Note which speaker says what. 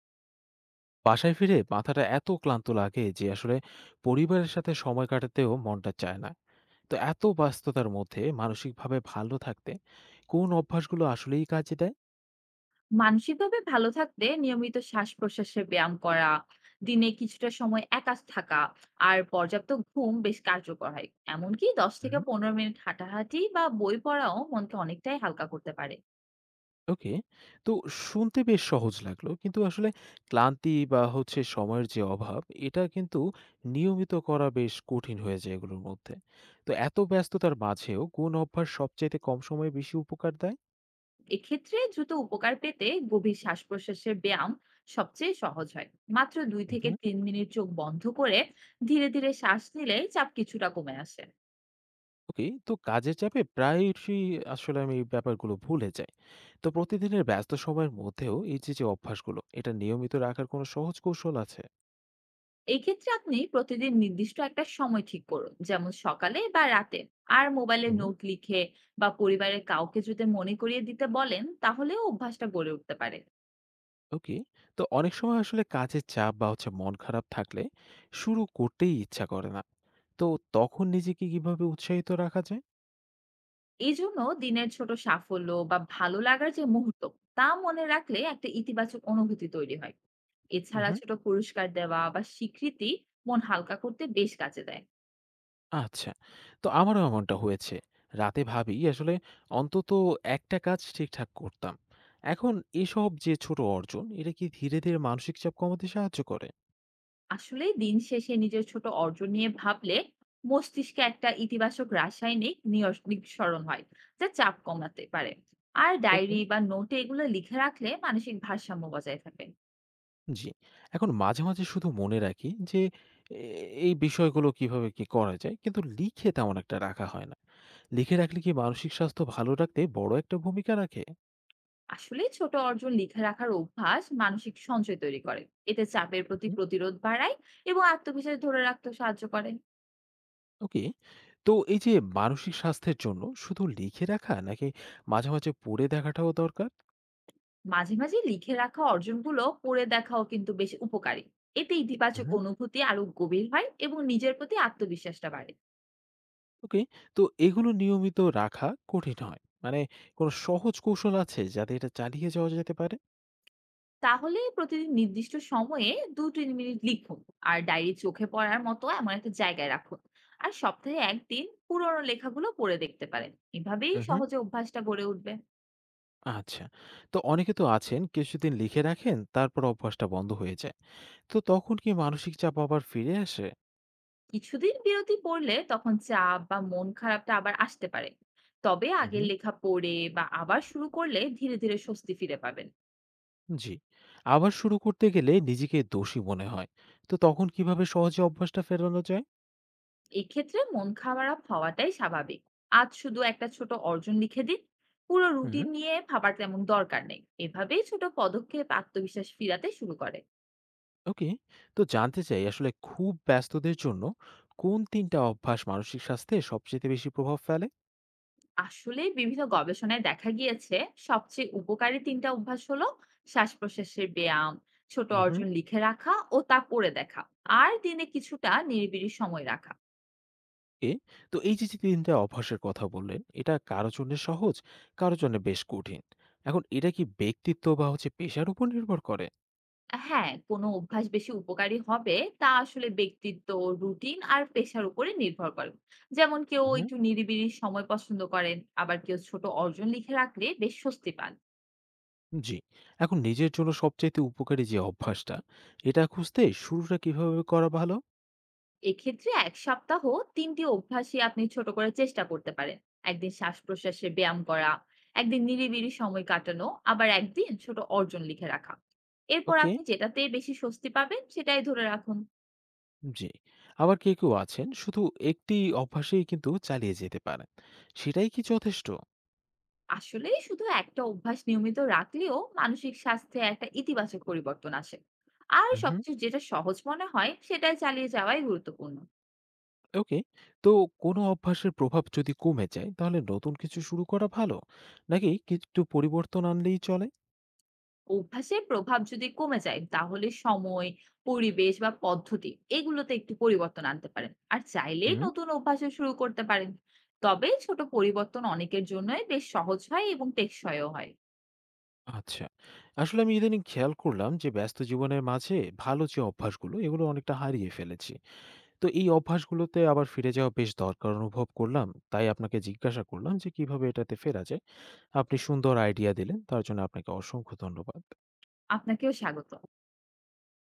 Speaker 1: বাসায় ফিরে মাথাটা এত ক্লান্ত লাগে যে আসলে পরিবারের সাথে সময় কাটাতেও মনটা চায় না। তো এত ব্যস্ততার মধ্যে মানসিকভাবে ভালো থাকতে কোন অভ্যাসগুলো আসলেই কাজে দেয়?
Speaker 2: মানসিকভাবে ভালো থাকতে নিয়মিত শ্বাস-প্রশ্বাসের ব্যায়াম করা, দিনে কিছুটা সময় একা থাকা আর পর্যাপ্ত ঘুম বেশ কার্যকর হয়। এমনকি ১০ থেকে
Speaker 1: হুম।
Speaker 2: ১৫ মিনিট হাঁটাহাঁটি বা বই পড়াও মনকে অনেকটাই হালকা করতে পারে।
Speaker 1: ওকে। তো শুনতে বেশ সহজ লাগলো, কিন্তু আসলে ক্লান্তি বা হচ্ছে সময়ের যে অভাব, এটা কিন্তু নিয়মিত করা বেশ কঠিন হয়ে যায় এগুলোর মধ্যে। তো এত ব্যস্ততার মাঝেও কোন অভ্যাস সবচাইতে কম সময়ে বেশি উপকার
Speaker 2: এক্ষেত্রে দ্রুত উপকার পেতে গভীর শ্বাস-প্রশ্বাসের ব্যায়াম সবচেয়ে সহজ হয়। মাত্র ২ থেকে
Speaker 1: দেয়?
Speaker 2: ৩ মিনিট চোখ বন্ধ করে ধীরে, ধীরে শ্বাস নিলে চাপ কিছুটা কমে আসে।
Speaker 1: ওকে। তো কাজের চাপে প্রায়শই আসলে আমি এই ব্যাপারগুলো ভুলে যাই। তো প্রতিদিনের ব্যস্ত সময়ের মধ্যেও এই যে যে অভ্যাসগুলো, এটা নিয়মিত রাখার কোনো সহজ কৌশল আছে?
Speaker 2: এই ক্ষেত্রে আপনি প্রতিদিন নির্দিষ্ট একটা সময় ঠিক করুন, যেমন সকালে বা রাতে। আর মোবাইলে
Speaker 1: হুম।
Speaker 2: নোট লিখে বা পরিবারের কাউকে যদি মনে করিয়ে দিতে বলেন, তাহলেও অভ্যাসটা গড়ে উঠতে পারে।
Speaker 1: ওকে। তো অনেক সময় আসলে কাজের চাপ বা হচ্ছে মন খারাপ থাকলে শুরু করতেই ইচ্ছা করে না। তো তখন নিজেকে কিভাবে উৎসাহিত রাখা
Speaker 2: এই জন্য দিনের ছোট সাফল্য বা ভালো লাগার যে মুহূর্ত, তা মনে রাখলে একটা ইতিবাচক অনুভূতি তৈরি হয়। এছাড়া
Speaker 1: যায়?
Speaker 2: ছোট পুরস্কার দেওয়া বা স্বীকৃতি মন হালকা করতে বেশ কাজে দেয়।
Speaker 1: আচ্ছা। তো আমারও এমনটা হয়েছে। রাতে ভাবি আসলে অন্তত একটা কাজ ঠিকঠাক করতাম। এখন এসব যে ছোট অর্জন, এটা কি ধীরে, ধীরে মানসিক চাপ কমাতে সাহায্য করে?
Speaker 2: আসলে দিন শেষে নিজের ছোট অর্জন নিয়ে ভাবলে মস্তিষ্কে একটা ইতিবাচক রাসায়নিক নিঃসরণ হয়, যা চাপ কমাতে পারে। আর
Speaker 1: ওকে।
Speaker 2: ডায়েরি বা নোটে এগুলো লিখে রাখলে মানসিক ভারসাম্য বজায় থাকে।
Speaker 1: জি। এখন মাঝে, মাঝে শুধু মনে রাখি যে এ এই বিষয়গুলো কিভাবে কি করা যায়, কিন্তু লিখে তেমন একটা রাখা হয় না। লিখে রাখলে কি মানসিক স্বাস্থ্য ভালো রাখতে বড় একটা ভূমিকা রাখে?
Speaker 2: আসলে ছোট অর্জন লিখে রাখার অভ্যাস মানসিক সঞ্চয় তৈরি করে, এতে চাপের প্রতি
Speaker 1: হুম।
Speaker 2: প্রতিরোধ বাড়ায় এবং আত্মবিশ্বাস ধরে রাখতে সাহায্য করে।
Speaker 1: ওকে। তো এই যে মানসিক স্বাস্থ্যের জন্য শুধু লিখে রাখা, নাকি মাঝে, মাঝে পড়ে দেখাটাও দরকার?
Speaker 2: মাঝে মাঝে লিখে রাখা অর্জনগুলো পড়ে দেখাও কিন্তু বেশ উপকারী, এতে ইতিবাচক
Speaker 1: হুম।
Speaker 2: অনুভূতি আরো গভীর হয় এবং নিজের প্রতি আত্মবিশ্বাসটা বাড়ে।
Speaker 1: ওকে। তো এগুলো নিয়মিত রাখা কঠিন হয় মানে, কোনো সহজ কৌশল আছে যাতে এটা চালিয়ে যাওয়া যেতে পারে?
Speaker 2: তাহলে প্রতিদিন নির্দিষ্ট সময়ে ২-৩ মিনিট লিখুন। আর ডায়েরি চোখে পড়ার মতো এমন একটা জায়গায় রাখুন। আর সপ্তাহে ১ দিন পুরনো লেখাগুলো পড়ে দেখতে পারেন। এভাবেই
Speaker 1: হুম হুম।
Speaker 2: সহজে অভ্যাসটা গড়ে উঠবে।
Speaker 1: আচ্ছা। তো অনেকে তো আছেন কিছুদিন লিখে রাখেন, তারপর অভ্যাসটা বন্ধ হয়ে যায়। তো তখন কি মানসিক চাপ আবার ফিরে আসে?
Speaker 2: কিছুদিন বিরতি পড়লে তখন চাপ বা মন খারাপটা আবার আসতে পারে। তবে
Speaker 1: উম
Speaker 2: আগের
Speaker 1: হুম।
Speaker 2: লেখা পড়ে বা আবার শুরু করলে ধীরে ধীরে স্বস্তি ফিরে পাবেন।
Speaker 1: জি। আবার শুরু করতে গেলে নিজেকে দোষী মনে হয়। তো তখন কিভাবে সহজে অভ্যাসটা ফেরানো যায়?
Speaker 2: এক্ষেত্রে মন খারাপ হওয়াটাই স্বাভাবিক। আজ শুধু একটা ছোট অর্জন লিখে দিন, পুরো
Speaker 1: হুম।
Speaker 2: রুটিন নিয়ে ভাবার তেমন দরকার নেই। এভাবেই ছোট পদক্ষেপ আত্মবিশ্বাস ফিরাতে শুরু করে।
Speaker 1: ওকে। তো জানতে চাই আসলে খুব ব্যস্তদের জন্য কোন তিনটা অভ্যাস মানসিক স্বাস্থ্যে সবচেয়ে বেশি প্রভাব ফেলে?
Speaker 2: আসলে বিভিন্ন গবেষণায় দেখা গিয়েছে সবচেয়ে উপকারী তিনটা অভ্যাস হলো শ্বাস প্রশ্বাসের ব্যায়াম, ছোট অর্জন লিখে রাখা ও তা পড়ে দেখা, আর দিনে কিছুটা নিরিবিড়ি সময় রাখা।
Speaker 1: ওকে। তো এই যে, যে ৩ টা অভ্যাসের কথা বললেন, এটা কারো জন্য সহজ, কারো জন্য বেশ কঠিন। এখন এটা কি ব্যক্তিত্ব বা হচ্ছে পেশার উপর নির্ভর করে?
Speaker 2: হ্যাঁ, কোনো অভ্যাস বেশি উপকারী হবে তা আসলে ব্যক্তিত্ব, রুটিন আর পেশার উপরে নির্ভর করে। যেমন কেউ
Speaker 1: হুম।
Speaker 2: একটু নিরিবিলি সময় পছন্দ করেন, আবার কেউ ছোট অর্জন লিখে রাখলে বেশ স্বস্তি পান।
Speaker 1: জি। এখন নিজের জন্য সবচাইতে উপকারী যে অভ্যাসটা, এটা খুঁজতে শুরুটা কিভাবে করা ভালো?
Speaker 2: এক্ষেত্রে ১ সপ্তাহ ৩ টি অভ্যাসই আপনি ছোট করে চেষ্টা করতে পারেন। একদিন শ্বাসপ্রশ্বাসে ব্যায়াম করা, একদিন নিরিবিলি সময় কাটানো, আবার একদিন ছোট অর্জন লিখে রাখা। এরপর
Speaker 1: ওকে,
Speaker 2: আপনি যেটাতে বেশি স্বস্তি পাবেন সেটাই ধরে রাখুন।
Speaker 1: জি। আবার কেউ আছেন শুধু একটি অভ্যাসেই কিন্তু চালিয়ে যেতে পারেন। সেটাই কি যথেষ্ট?
Speaker 2: আসলে শুধু একটা অভ্যাস নিয়মিত রাখলেও মানসিক স্বাস্থ্যে একটা ইতিবাচক পরিবর্তন আসে, আর
Speaker 1: উহু।
Speaker 2: সবচেয়ে যেটা সহজ মনে হয় সেটাই চালিয়ে যাওয়াই গুরুত্বপূর্ণ।
Speaker 1: ওকে। তো কোনো অভ্যাসের প্রভাব যদি কমে যায়, তাহলে নতুন কিছু শুরু করা ভালো, নাকি কিছু পরিবর্তন আনলেই চলে?
Speaker 2: অভ্যাসের প্রভাব যদি কমে যায় তাহলে সময়, পরিবেশ বা পদ্ধতি, এগুলোতে একটু পরিবর্তন আনতে পারেন। আর চাইলেই
Speaker 1: হুম।
Speaker 2: নতুন অভ্যাসও শুরু করতে পারেন। তবে ছোট পরিবর্তন অনেকের জন্যই বেশ সহজ হয় এবং টেকসইও হয়।
Speaker 1: আচ্ছা। আসলে আমি ইদানিং খেয়াল করলাম যে ব্যস্ত জীবনের মাঝে ভালো যে অভ্যাসগুলো এগুলো অনেকটা হারিয়ে ফেলেছি। তো এই অভ্যাসগুলোতে আবার ফিরে যাওয়া বেশ দরকার অনুভব করলাম। তাই আপনাকে জিজ্ঞাসা করলাম যে কিভাবে এটাতে ফেরা যায়। আপনি সুন্দর আইডিয়া দিলেন, তার জন্য আপনাকে অসংখ্য ধন্যবাদ।
Speaker 2: আপনাকেও স্বাগত।